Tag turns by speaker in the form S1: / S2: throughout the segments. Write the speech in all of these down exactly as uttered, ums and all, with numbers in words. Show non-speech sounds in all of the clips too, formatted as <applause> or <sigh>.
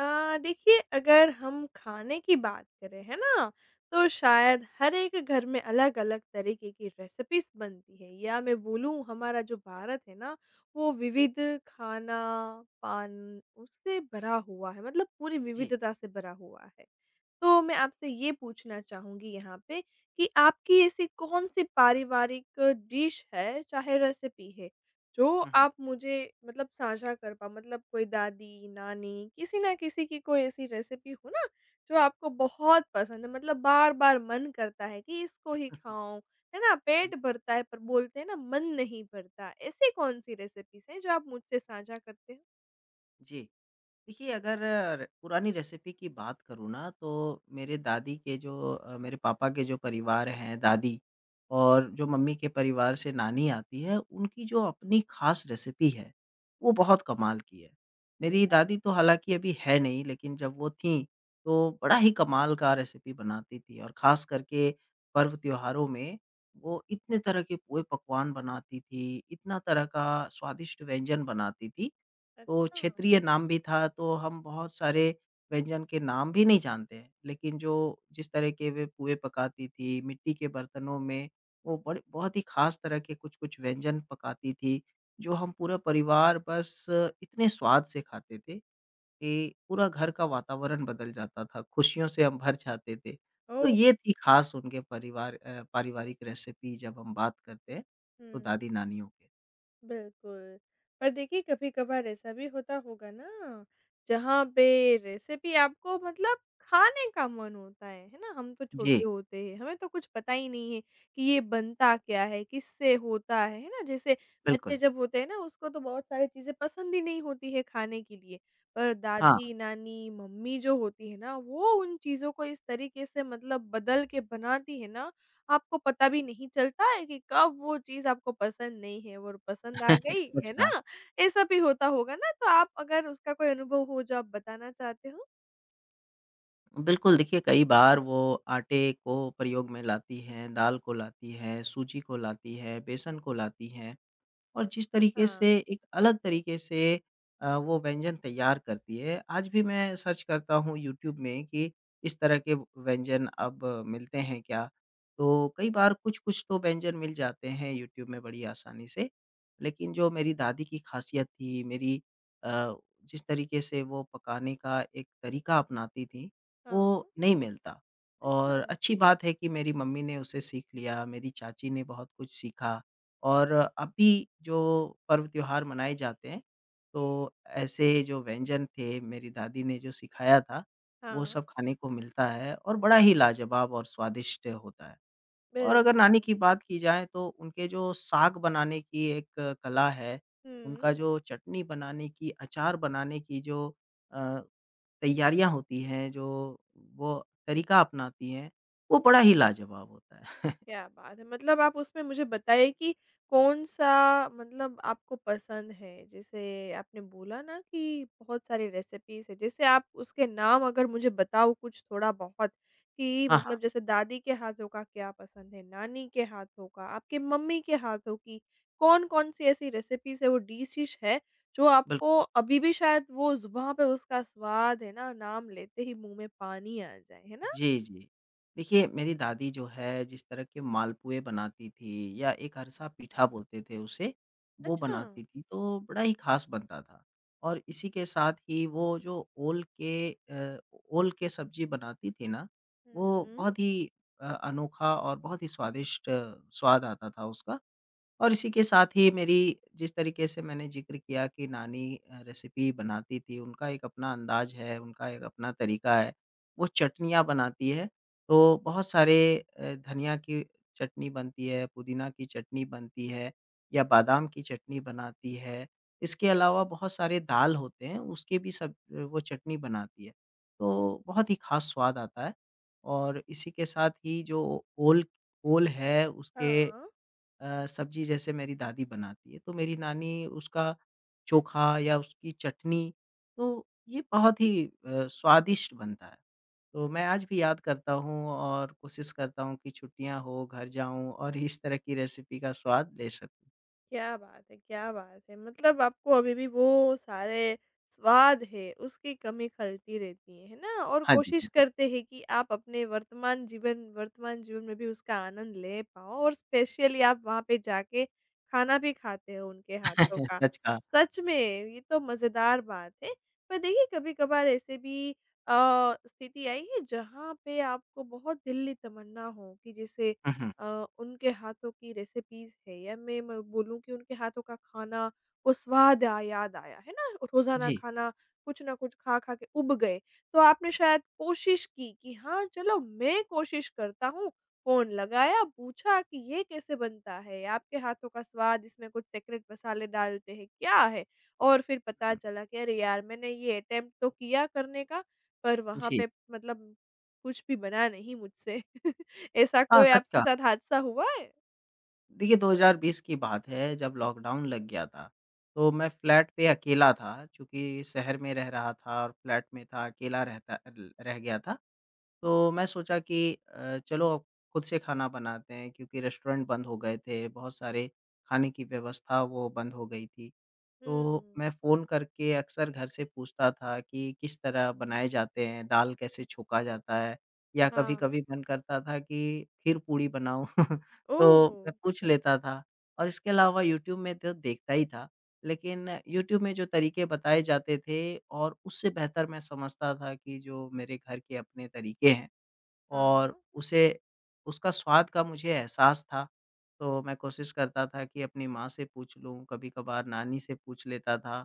S1: अ, देखिए अगर हम खाने की बात करें, है ना? तो शायद हर एक घर में अलग-अलग तरीके की रेसिपीज़ बनती हैं या मैं बोलूँ हमारा जो भारत है ना, वो विविध खाना, पान उससे भरा हुआ है, मतलब पूरी
S2: जी।
S1: विविधता से भरा हुआ है। तो मैं आपसे ये पूछना चाहूँगी यहाँ पे कि आपकी ऐसी कौन-सी पारिवारिक डिश है, चाहे रेसिपी है, जो
S2: हुँ, हुँ।
S1: आप मुझे मतलब साझा कर पाओ? मतलब कोई दादी, नानी, किसी ना किसी की कोई ऐसी रेसिपी हो ना, जो आपको बहुत पसंद है, मतलब बार-बार मन करता है कि इसको ही
S2: <laughs>
S1: खाऊँ, है ना? पेट
S2: बिल्कुल।
S1: भरता है, पर बोलते हैं ना, मन नहीं भरता। ऐसी कौन-सी रेसिपीज़ हैं, जो आप मुझसे साझा करते हो?
S2: जी। देखिए, अगर र पुरानी रेसिपी की बात करूँ ना, तो मेरे दादी के जो अ, मेरे पापा के जो परिवार हैं दादी और जो मम्मी के परिवार से नानी आती है, उनकी जो अपनी ख़ास रेसिपी है, वो बहुत कमाल की है। मेरी
S1: अच्छा,
S2: दादी तो हालाँकि अभी है नहीं, लेकिन जब वो थीं, तो बड़ा ही कमाल का रेसिपी बनाती थी और ख़ास करके पर्व-त्योहारों में वो इतने तरह के पूए पकवान बनाती थी, इतना तरह का स्वादिष्ट व्यंजन बनाती थी, तो
S1: अच्छा।
S2: क्षेत्रीय नाम भी था, तो हम बहुत सारे व्यंजन के नाम भी नहीं जानते हैं, लेकिन जो जिस तरह के वे पुए पकाती थी, मिट्टी के बर्तनों में वो बड़े बहुत ही ख़ास तरह के कुछ-कुछ व्यंजन पकाती थी, जो हम पूरा परिवार बस इतने स्वाद से खाते थे कि पूरा घर का वातावरण बदल जाता था, खुशियों से हम भर जाते थे। तो
S1: ओह!
S2: ये थी ख़ास उनके परिवार अ, पारिवारिक रेसिपी जब हम बात करते हैं, तो
S1: हुँ।
S2: दादी-नानियों के।
S1: बिल्कुल। पर देखिए कभी-कभार ऐसा भी होता होगा ना, जहाँ पे रेसिपी आपको मतलब खाने का मन होता है, है ना? हम तो छोटे
S2: जी,
S1: होते हैं, हमें तो कुछ पता ही नहीं है कि ये बनता क्या है, किससे होता है, है ना? जैसे बच्चे
S2: बिल्कुल।
S1: जब होते हैं ना उसको तो बहुत सारी चीज़ें पसंद ही नहीं होती है खाने के लिए, पर
S2: हाँ,
S1: दादी, नानी, मम्मी जो होती है ना, वो उन चीज़ों को इस तरीके से मतलब बदल के बनाती है ना आपको पता भी नहीं चलता है कि कब वो चीज़ आपको पसंद नहीं है और पसंद आ
S2: <laughs>
S1: गई,
S2: सच
S1: है
S2: कहा।
S1: ना? ऐसा भी होता होगा ना? तो आप अगर उसका कोई अनुभव हो जो आप बताना चाहते हो?
S2: बिल्कुल, देखिए कई बार वो आटे को प्रयोग में लाती हैं, दाल को लाती हैं, सूजी को लाती हैं, बेसन को लाती हैं। और जिस तरीके
S1: हाँ,
S2: से एक अलग तरीके से अ, वो व्यंजन तैयार करती है, आज भी मैं सर्च करता हूँ यूट्यूब में कि इस तरह के व्यंजन अब मिलते हैं क्या? तो कई बार कुछ-कुछ तो व्यंजन मिल जाते हैं यूट्यूब में बड़ी आसानी से, लेकिन जो मेरी दादी की खासियत थी, मेरी अ, जिस तरीके से वो पकाने का एक तरीका अपनाती थीं, वो
S1: हाँ।
S2: नहीं मिलता
S1: अच्छा।
S2: और अच्छी बात है कि मेरी मम्मी ने उसे सीख लिया, मेरी चाची ने बहुत कुछ सीखा। और अभी जो पर्व त्योहार मनाए जाते हैं, तो ऐसे जो व्यंजन थे, मेरी दादी ने जो सिखाया था, वो
S1: हाँ,
S2: सब खाने को मिलता है और बड़ा ही लाजवाब और स्वादिष्ट होता है। और अगर नानी
S1: बिल्कुल।
S2: की बात की जाए तो उनके जो साग बनाने की एक कला है,
S1: हुँ।
S2: उनका जो चटनी बनाने की, अचार बनाने की जो अ, तैयारियाँ होती हैं, जो वो तरीका अपनाती हैं, वो बड़ा ही लाजवाब होता है। <laughs>
S1: क्या बात है! मतलब आप उसमें मुझे बताइए कि कौन-सा मतलब आपको पसंद है? जैसे आपने बोला ना कि बहुत सारी रेसिपीज़ हैं, जैसे आप उसके नाम अगर मुझे बताओ कुछ थोड़ा-बहुत कि
S2: हाँ, हाँ,
S1: मतलब जैसे दादी के हाथों का क्या पसंद है, नानी के हाथों का, आपके मम्मी के हाथों की, कौन-कौन सी ऐसी रेसिपीज़ है, वो डिशेज़ है, जो
S2: बिल्कुल।
S1: आपको अभी भी शायद वो ज़ुबान पे उसका स्वाद है ना, नाम लेते ही मुँह में पानी आ जाए, है ना?
S2: जी, जी। देखिए, मेरी दादी जो है जिस तरह के मालपुए बनाती थी या एक अरसा पीठा बोलते थे उसे, वो
S1: अच्छा।
S2: बनाती थी तो बड़ा ही ख़ास बनता था। और इसी के साथ ही वो जो ओल के अ, ओल के सब्ज़ी बनाती थी ना,
S1: हुँ,
S2: वो
S1: हुँ।
S2: बहुत ही अ, अनोखा और बहुत ही स्वादिष्ट अ, स्वाद आता था उसका। और इसी के साथ ही मेरी जिस तरीके से मैंने ज़िक्र किया कि नानी अ, रेसिपी बनाती थी, उनका एक अपना अंदाज़ है, उनका एक अपना तरीका है। वो चटनियाँ बनाती है, तो बहुत सारे अ, धनिया की चटनी बनती है, पुदीना की चटनी बनती है या बादाम की चटनी बनाती है। इसके अलावा बहुत सारे दाल होते हैं, उसके भी सब अ, वो चटनी बनाती है, तो बहुत ही ख़ास स्वाद आता है। और इसी के साथ ही जो ओल ओल है उसके
S1: हाँ।
S2: अ, सब्जी जैसे मेरी दादी बनाती है, तो मेरी नानी उसका चोखा या उसकी चटनी, तो ये बहुत ही अ, स्वादिष्ट बनता है। तो मैं आज भी याद करता हूँ और कोशिश करता हूँ कि छुट्टियाँ हो, घर जाऊँ और इस तरह की रेसिपी का स्वाद ले सकूँ।
S1: क्या बात है, क्या बात है! मतलब आपको अभी भी वो सारे स्वाद है, उसकी कमी खलती रहती है, है ना? और
S2: हाँ जी,
S1: कोशिश
S2: बिल्कुल।
S1: करते हैं कि आप अपने वर्तमान जीवन वर्तमान जीवन में भी उसका आनंद ले पाओ और स्पेशली आप वहाँ पे जाके खाना भी खाते हो उनके हाथों
S2: <laughs>
S1: का।
S2: सच कहा।
S1: सच में ये तो मज़ेदार बात है। पर देखिए कभी-कभार ऐसे भी अ, स्थिति आई है जहाँ पे आपको बहुत दिल की तमन्ना हो कि जैसे
S2: हुँ, हुँ।
S1: अ, उनके हाथों की रेसिपीज़ है या मैं म बोलूँ कि उनके हाथों का खाना, वो स्वाद या याद आया, है ना? रोज़ाना
S2: जी,
S1: खाना कुछ न कुछ खा-खा के ऊब गए। तो आपने शायद कोशिश की कि हाँ, चलो मैं कोशिश करता हूँ। फ़ोन लगाया, पूछा कि ये कैसे बनता है? आपके हाथों का स्वाद इसमें कुछ सीक्रेट मसाले डालते हैं, क्या है? और फिर पता
S2: हुँ,
S1: चला कि अरे यार! मैंने ये अटेम्प्ट तो किया करने का, पर वहाँ
S2: जी।
S1: पे मतलब कुछ भी बना नहीं मुझसे। ऐसा
S2: हाँ,
S1: कोई
S2: सच
S1: आपके
S2: कहा।
S1: साथ हादसा हुआ है?
S2: देखिए दो हज़ार बीस की बात है जब लॉकडाउन लग गया था, तो मैं फ्लैट पे अकेला था चूँकि शहर में रह रहा था और फ्लैट में था, अकेला रहता ल रह गया था।
S1: हुँ,
S2: तो मैं सोचा कि अ, चलो अब खुद से खाना बनाते हैं क्योंकि रेस्टोरेंट बंद हो गए थे, बहुत सारे खाने की व्यवस्था वो बंद हो गई थी। तो
S1: हुँ,
S2: मैं फ़ोन करके अक्सर घर से पूछता था कि किस तरह बनाए जाते हैं, दाल कैसे छौंका जाता है या
S1: हाँ,
S2: कभी-कभी मन करता था कि खीर-पूड़ी बनाऊँ <laughs> तो
S1: ओह!
S2: मैं पूछ लेता था और इसके अलावा यूट्यूब में तो देखता ही था। लेकिन यूट्यूब में जो तरीके बताए जाते थे और उससे बेहतर मैं समझता था कि जो मेरे घर के अपने तरीके हैं।
S1: हाँ,
S2: और उसे उसका स्वाद का मुझे एहसास था, तो मैं कोशिश करता था कि अपनी माँ से पूछ लूँ, कभी-कभार नानी से पूछ लेता था।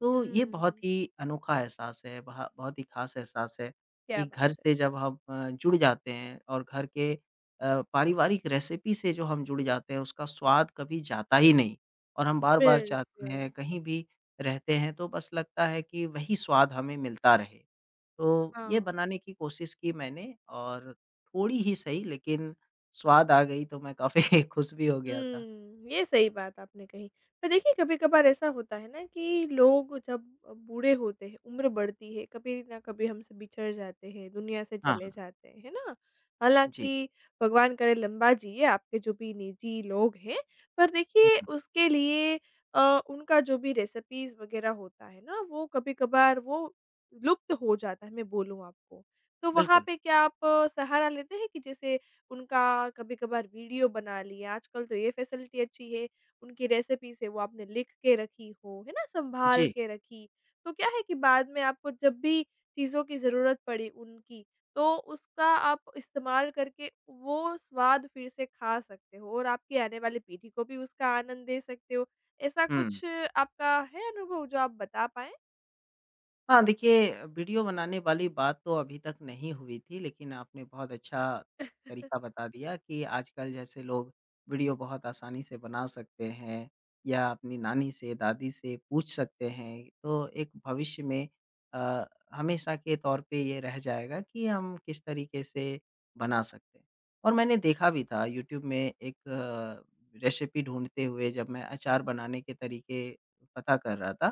S2: तो ये बहुत
S1: हुँ,
S2: ही अनोखा एहसास है, बहा बहुत ही ख़ास एहसास है
S1: क्या
S2: कि
S1: बात
S2: घर
S1: है,
S2: से जब हम अ, जुड़ जाते हैं और घर के अ, पारिवारिक रेसिपी से जो हम जुड़ जाते हैं, उसका स्वाद कभी जाता ही नहीं और हम बार-बार चाहते
S1: बिल्कुल,
S2: हैं, कहीं भी रहते हैं, तो बस लगता है कि वही स्वाद हमें मिलता रहे। तो ये
S1: हाँ।
S2: बनाने की कोशिश की मैंने और थोड़ी ही सही लेकिन स्वाद आ गई तो मैं काफ़ी <laughs> खुश भी हो गया था।
S1: हुँ, ये सही बात आपने कही। पर देखिए कभी-कभार ऐसा होता है ना कि लोग जब अ, बूढ़े होते हैं, उम्र बढ़ती है, कभी ना कभी हमसे बिछड़ जाते हैं, दुनिया से
S2: हाँ,
S1: चले
S2: हाँ।
S1: जाते हैं, है ना?
S2: जी।
S1: हालाँकि भगवान करे लंबा जिए आपके जो भी निजी लोग हैं, पर
S2: हुँ,
S1: देखिए
S2: हुँ।
S1: उसके लिए अ, उनका जो भी रेसिपीज़ वग़ैरह होता है ना, वो कभी-कभार वो लुप्त हो जाता है, मैं बोलूँ आपको। तो वहाँ
S2: बिल्कुल।
S1: पे क्या आप अ, सहारा लेते हैं कि जैसे उनका कभी-कभार वीडियो बना लिया, आजकल तो ये फैसिलिटी अच्छी है, उनकी रेसिपीज़ है वो आपने लिख के रखी हो, है ना? सँभाल
S2: जी।
S1: के रखी। तो क्या है कि बाद में आपको जब भी चीज़ों की ज़रूरत पड़ी उनकी, तो उसका आप इस्तेमाल करके वो स्वाद फिर से खा सकते हो और आपकी आने वाली पीढ़ी को भी उसका आनंद दे सकते हो। ऐसा
S2: हुँ।
S1: कुछ आपका है अनुभव जो आप बता पाएँ?
S2: हाँ, देखिए वीडियो बनाने वाली बात तो अभी तक नहीं हुई थी, लेकिन आपने बहुत अच्छा तरीका
S1: <laughs>
S2: बता दिया कि आजकल जैसे लोग वीडियो बहुत आसानी से बना सकते हैं या अपनी नानी से, दादी से पूछ सकते हैं। तो एक भविष्य में अ, हमेशा के तौर पे ये रह जाएगा कि हम किस तरीके से बना सकते हैं। और मैंने देखा भी था यूट्यूब में एक रेसिपी ढूँढते हुए जब मैं अचार बनाने के तरीके पता कर रहा था,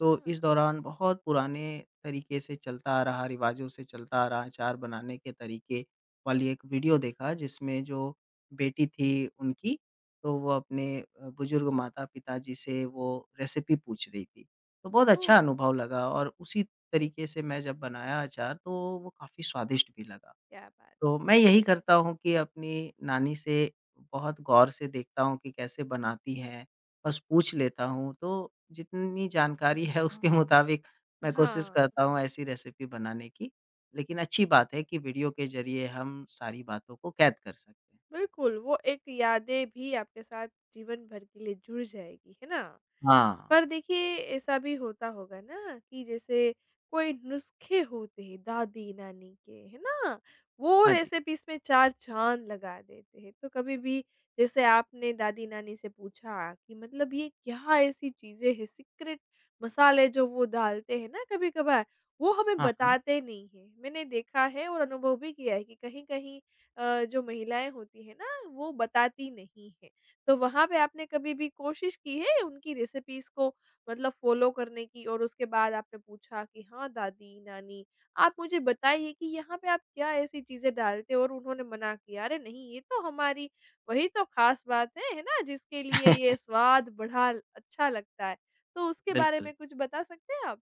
S2: तो इस दौरान बहुत पुराने तरीके से चलता आ रहा, रिवाजों से चलता आ रहा अचार बनाने के तरीके वाली एक वीडियो देखा जिसमें जो बेटी थी उनकी, तो वो अपने अ, बुज़ुर्ग माता-पिता जी से वो रेसिपी पूछ रही थी। तो बहुत अच्छा
S1: ओह!
S2: अनुभव लगा और उसी तरीके से मैं जब बनाया अचार तो वो काफ़ी स्वादिष्ट भी लगा।
S1: क्या बात
S2: तो मैं
S1: है!
S2: यही करता हूँ कि अपनी नानी से बहुत गौर से देखता हूँ कि कैसे बनाती हैं, बस पूछ लेता हूँ। तो जितनी जानकारी है उसके मुताबिक
S1: हाँ।
S2: मैं कोशिश
S1: हाँ।
S2: करता हूँ ऐसी रेसिपी बनाने की। लेकिन अच्छी बात है कि वीडियो के ज़रिए हम सारी बातों को कैद कर सकते हैं।
S1: बिल्कुल, वो एक यादें भी आपके साथ जीवन भर के लिए जुड़ जाएगी, है ना?
S2: हाँ।
S1: पर देखिए ऐसा भी होता होगा ना कि जैसे कोई नुस्खे होते हैं दादी-नानी के, है ना? वो
S2: हाँ जी।
S1: रेसिपीज़ में चार चाँद लगा देते हैं। तो कभी भी जैसे आपने दादी-नानी से पूछा कि मतलब ये क्या ऐसी चीज़ें हैं सीक्रेट मसाले जो वो डालते हैं ना कभी-कभार, वो हमें
S2: हाँ, हाँ।
S1: बताते नहीं हैं। मैंने देखा है और अनुभव भी किया है कि कहीं-कहीं अ, जो महिलाएँ होती हैं ना वो बताती नहीं हैं। तो वहाँ पे आपने कभी भी कोशिश की है उनकी रेसिपीज़ को मतलब फ़ॉलो करने की और उसके बाद आपने पूछा कि हाँ, दादी, नानी आप मुझे बताइए कि यहाँ पे आप क्या ऐसी चीज़ें डालते हो और उन्होंने मना किया? अरे नहीं, ये तो हमारी वही तो ख़ास बात है, है ना? जिसके लिए ये
S2: <laughs>
S1: स्वाद बढ़ा अच्छा लगता है। तो उसके बारे
S2: बिल्कुल।
S1: में कुछ बता सकते हैं आप?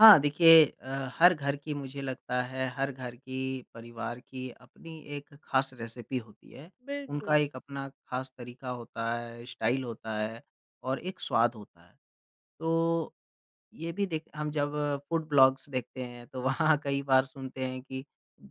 S2: हाँ, देखिए अ, हर घर की मुझे लगता है हर घर की, परिवार की अपनी एक ख़ास रेसिपी होती है।
S1: बिल्कुल।
S2: उनका एक अपना ख़ास तरीका होता है, स्टाइल होता है और एक स्वाद होता है। तो ये भी देख हम जब फूड ब्लॉग्स देखते हैं तो वहाँ कई बार सुनते हैं कि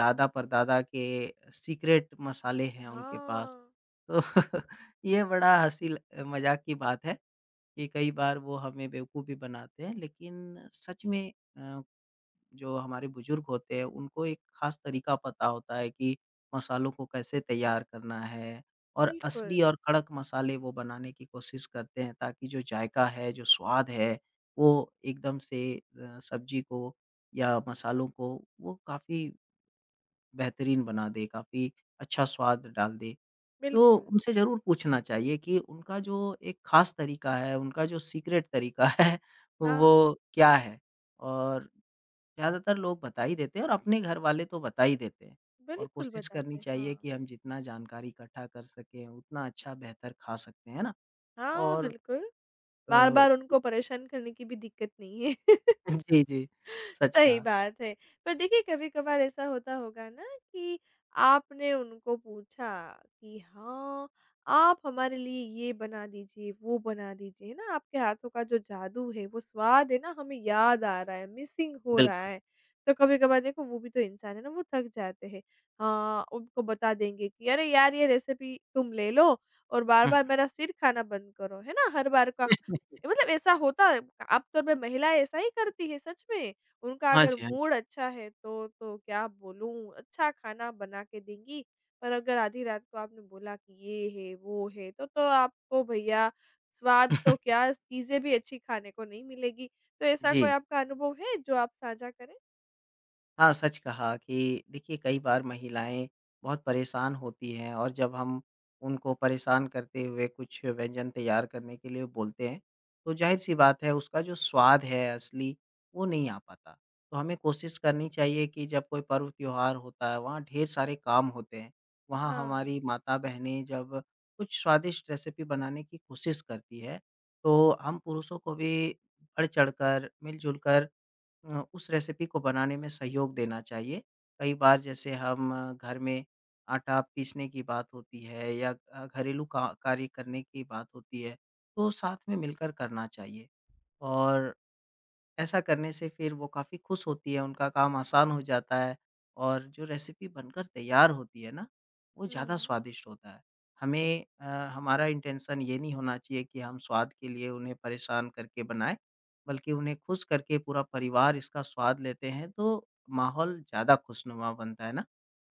S2: दादा-परदादा के सीक्रेट मसाले हैं उनके पास।
S1: हाँ,
S2: तो <laughs> ये बड़ा हँसी ल मज़ाक की बात है कि कई बार वो हमें बेवकूफ़ भी बनाते हैं लेकिन सच में अ जो हमारे बुजुर्ग होते हैं, उनको एक ख़ास तरीका पता होता है कि मसालों को कैसे तैयार करना है और
S1: बिल्कुल,
S2: असली और कड़क मसाले वो बनाने की कोशिश करते हैं ताकि जो जायका है, जो स्वाद है, वो एकदम से अ, सब्ज़ी को या मसालों को वो काफ़ी बेहतरीन बना दे, काफ़ी अच्छा स्वाद डाल दे। तो
S1: बिल्कुल।
S2: उनसे ज़रूर पूछना चाहिए कि उनका जो एक ख़ास तरीका है, उनका जो सीक्रेट तरीका है, <laughs>
S1: हाँ,
S2: वो क्या है? और ज़्यादातर लोग बता ही देते हैं और अपने घर वाले तो बता ही देते हैं और
S1: बिल्कुल
S2: कोशिश
S1: बताते
S2: करनी
S1: हैं।
S2: चाहिए
S1: हाँ।
S2: कि हम जितना जानकारी इकट्ठा कर सकें, उतना अच्छा बेहतर खा सकते हैं, है ना?
S1: हाँ,
S2: और
S1: बिल्कुल।
S2: अ,
S1: बार-बार
S2: <laughs>
S1: उनको परेशान करने की भी दिक्कत नहीं है।
S2: जी, जी, सच
S1: सही
S2: कहा।
S1: बात है। पर देखिए कभी-कभार ऐसा होता होगा ना कि आपने उनको पूछा कि हाँ, आप हमारे लिए ये बना दीजिए, वो बना दीजिए, है ना? आपके हाथों का जो जादू है, वो स्वाद है ना हमें याद आ रहा है, मिसिंग हो रहा
S2: बिल्कुल।
S1: है। तो कभी-कभार देखो वो भी तो इंसान है ना, वो थक जाते हैं। हाँ, उनको बता देंगे कि अरे यार ये रेसिपी तुम ले लो और बार-बार
S2: <laughs>
S1: मेरा सिर खाना बंद करो, है ना? हर बार का
S2: हम्म,
S1: मतलब ऐसा होता है आमतौर पे महिलाएँ ऐसा ही करती है सच में। उनका
S2: हाँ
S1: अगर
S2: जी, हाँ जी।
S1: मूड अच्छा है तो तो क्या बोलूँ अच्छा खाना बना के देंगी, पर अगर आधी रात को आपने बोला कि ये है, वो है, तो तो आपको भईया स्वाद तो
S2: <laughs>
S1: क्या चीज़ें भी अच्छी खाने को नहीं मिलेगी। तो ऐसा कोई
S2: जी।
S1: आपका अनुभव है जो आप साझा करें?
S2: हाँ, सच कहा कि देखिए कई बार महिलाएँ बहुत परेशान होती हैं और जब हम उनको परेशान करते हुए कुछ व्यंजन तैयार करने के लिए बोलते हैं, तो ज़ाहिर-सी बात है उसका जो स्वाद है असली, वो नहीं आ पाता। तो हमें कोशिश करनी चाहिए कि जब कोई पर्व त्योहार होता है, वहाँ ढेर सारे काम होते हैं, वहाँ
S1: हाँ।
S2: हमारी माता-बहनें जब कुछ स्वादिष्ट रेसिपी बनाने की कोशिश करती है, तो हम पुरुषों को भी बढ़-चढ़ कर, मिल-जुल कर अ, उस रेसिपी को बनाने में सहयोग देना चाहिए। कई बार जैसे हम अ, घर में आटा पीसने की बात होती है या अ, घरेलू का कार्य करने की बात होती है, तो साथ में मिलकर करना चाहिए। और ऐसा करने से फिर वो काफ़ी खुश होती है, उनका काम आसान हो जाता है और जो रेसिपी बनकर तैयार होती है ना, वो ज़्यादा
S1: हुँ।
S2: स्वादिष्ट होता है। हमें अ, हमारा इंटेंशन ये नहीं होना चाहिए कि हम स्वाद के लिए उन्हें परेशान करके बनाएँ, बल्कि उन्हें खुश करके पूरा परिवार इसका स्वाद लेते हैं, तो माहौल ज़्यादा खुशनुमा बनता है ना?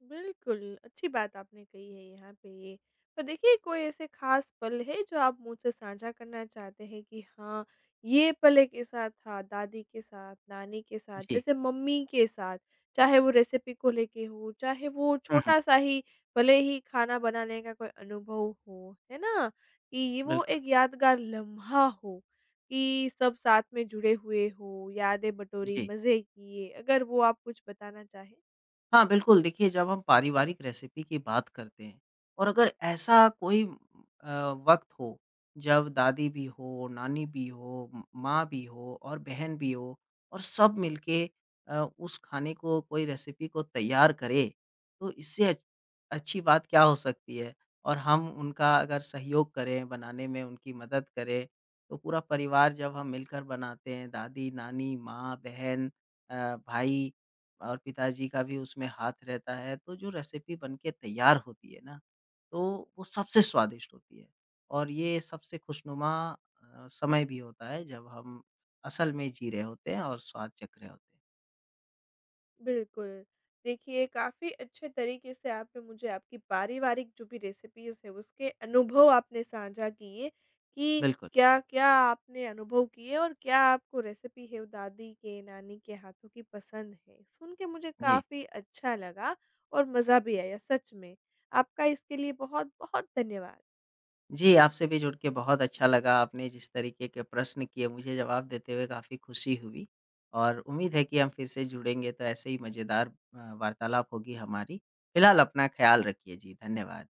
S1: बिल्कुल, अच्छी बात आपने कही है यहाँ पे ये। पर देखिए कोई ऐसे ख़ास पल है जो आप मुझसे साझा करना चाहते हैं कि हाँ, ये पल एक ऐसा था दादी के साथ, नानी के साथ,
S2: जी।
S1: जैसे मम्मी के साथ, चाहे वो रेसिपी को लेके हो, चाहे वो
S2: हुँ, हुँ।
S1: छोटा-सा ही भले ही खाना बनाने का कोई अनुभव हो, है ना? कि ये वो
S2: बिल्कुल।
S1: एक यादगार लम्हा हो कि सब साथ में जुड़े हुए हों, यादें बटोरी,
S2: जी।
S1: मज़े किए, अगर वो आप कुछ बताना चाहें?
S2: हाँ, बिल्कुल, देखिए जब हम पारिवारिक रेसिपी की बात करते हैं और अगर ऐसा कोई अ, वक़्त हो जब दादी भी हो, नानी भी हो, म माँ भी हो और बहन भी हो और सब मिलके अ, उस खाने को कोई रेसिपी को तैयार करें, तो इससे अच्छ अच्छी बात क्या हो सकती है? और हम उनका अगर सहयोग करें, बनाने में उनकी मदद करें, तो पूरा परिवार जब हम मिलकर बनाते हैं, दादी, नानी, माँ, बहन अ, भाई और पिताजी का भी उसमें हाथ रहता है, तो जो रेसिपी बन के तैयार होती है ना, तो वो सबसे स्वादिष्ट होती है और ये सबसे खुशनुमा अ, समय भी होता है जब हम असल में जी रहे होते हैं और स्वाद चख रहे होते हैं।
S1: बिल्कुल। देखिए, काफ़ी अच्छे तरीके से आपने मुझे आपकी पारिवारिक जो भी रेसिपीज़ हैं, उसके अनुभव आपने साझा किए कि
S2: बिल्कुल,
S1: क्या-क्या आपने अनुभव किए और क्या आपको रेसिपी है, वो दादी के, नानी के हाथों की पसंद है। सुन के मुझे
S2: जी।
S1: काफ़ी अच्छा लगा और मज़ा भी आया सच में। आपका इसके लिए बहुत-बहुत धन्यवाद।
S2: जी, आपसे भी जुड़ के बहुत अच्छा लगा, आपने जिस तरीके के प्रश्न किए मुझे जवाब देते हुए काफ़ी खुशी हुई और उम्मीद है कि हम फिर से जुड़ेंगे तो ऐसे ही मज़ेदार अ, वार्तालाप होगी हमारी। फिलहाल अपना ख़्याल रखिए जी, धन्यवाद।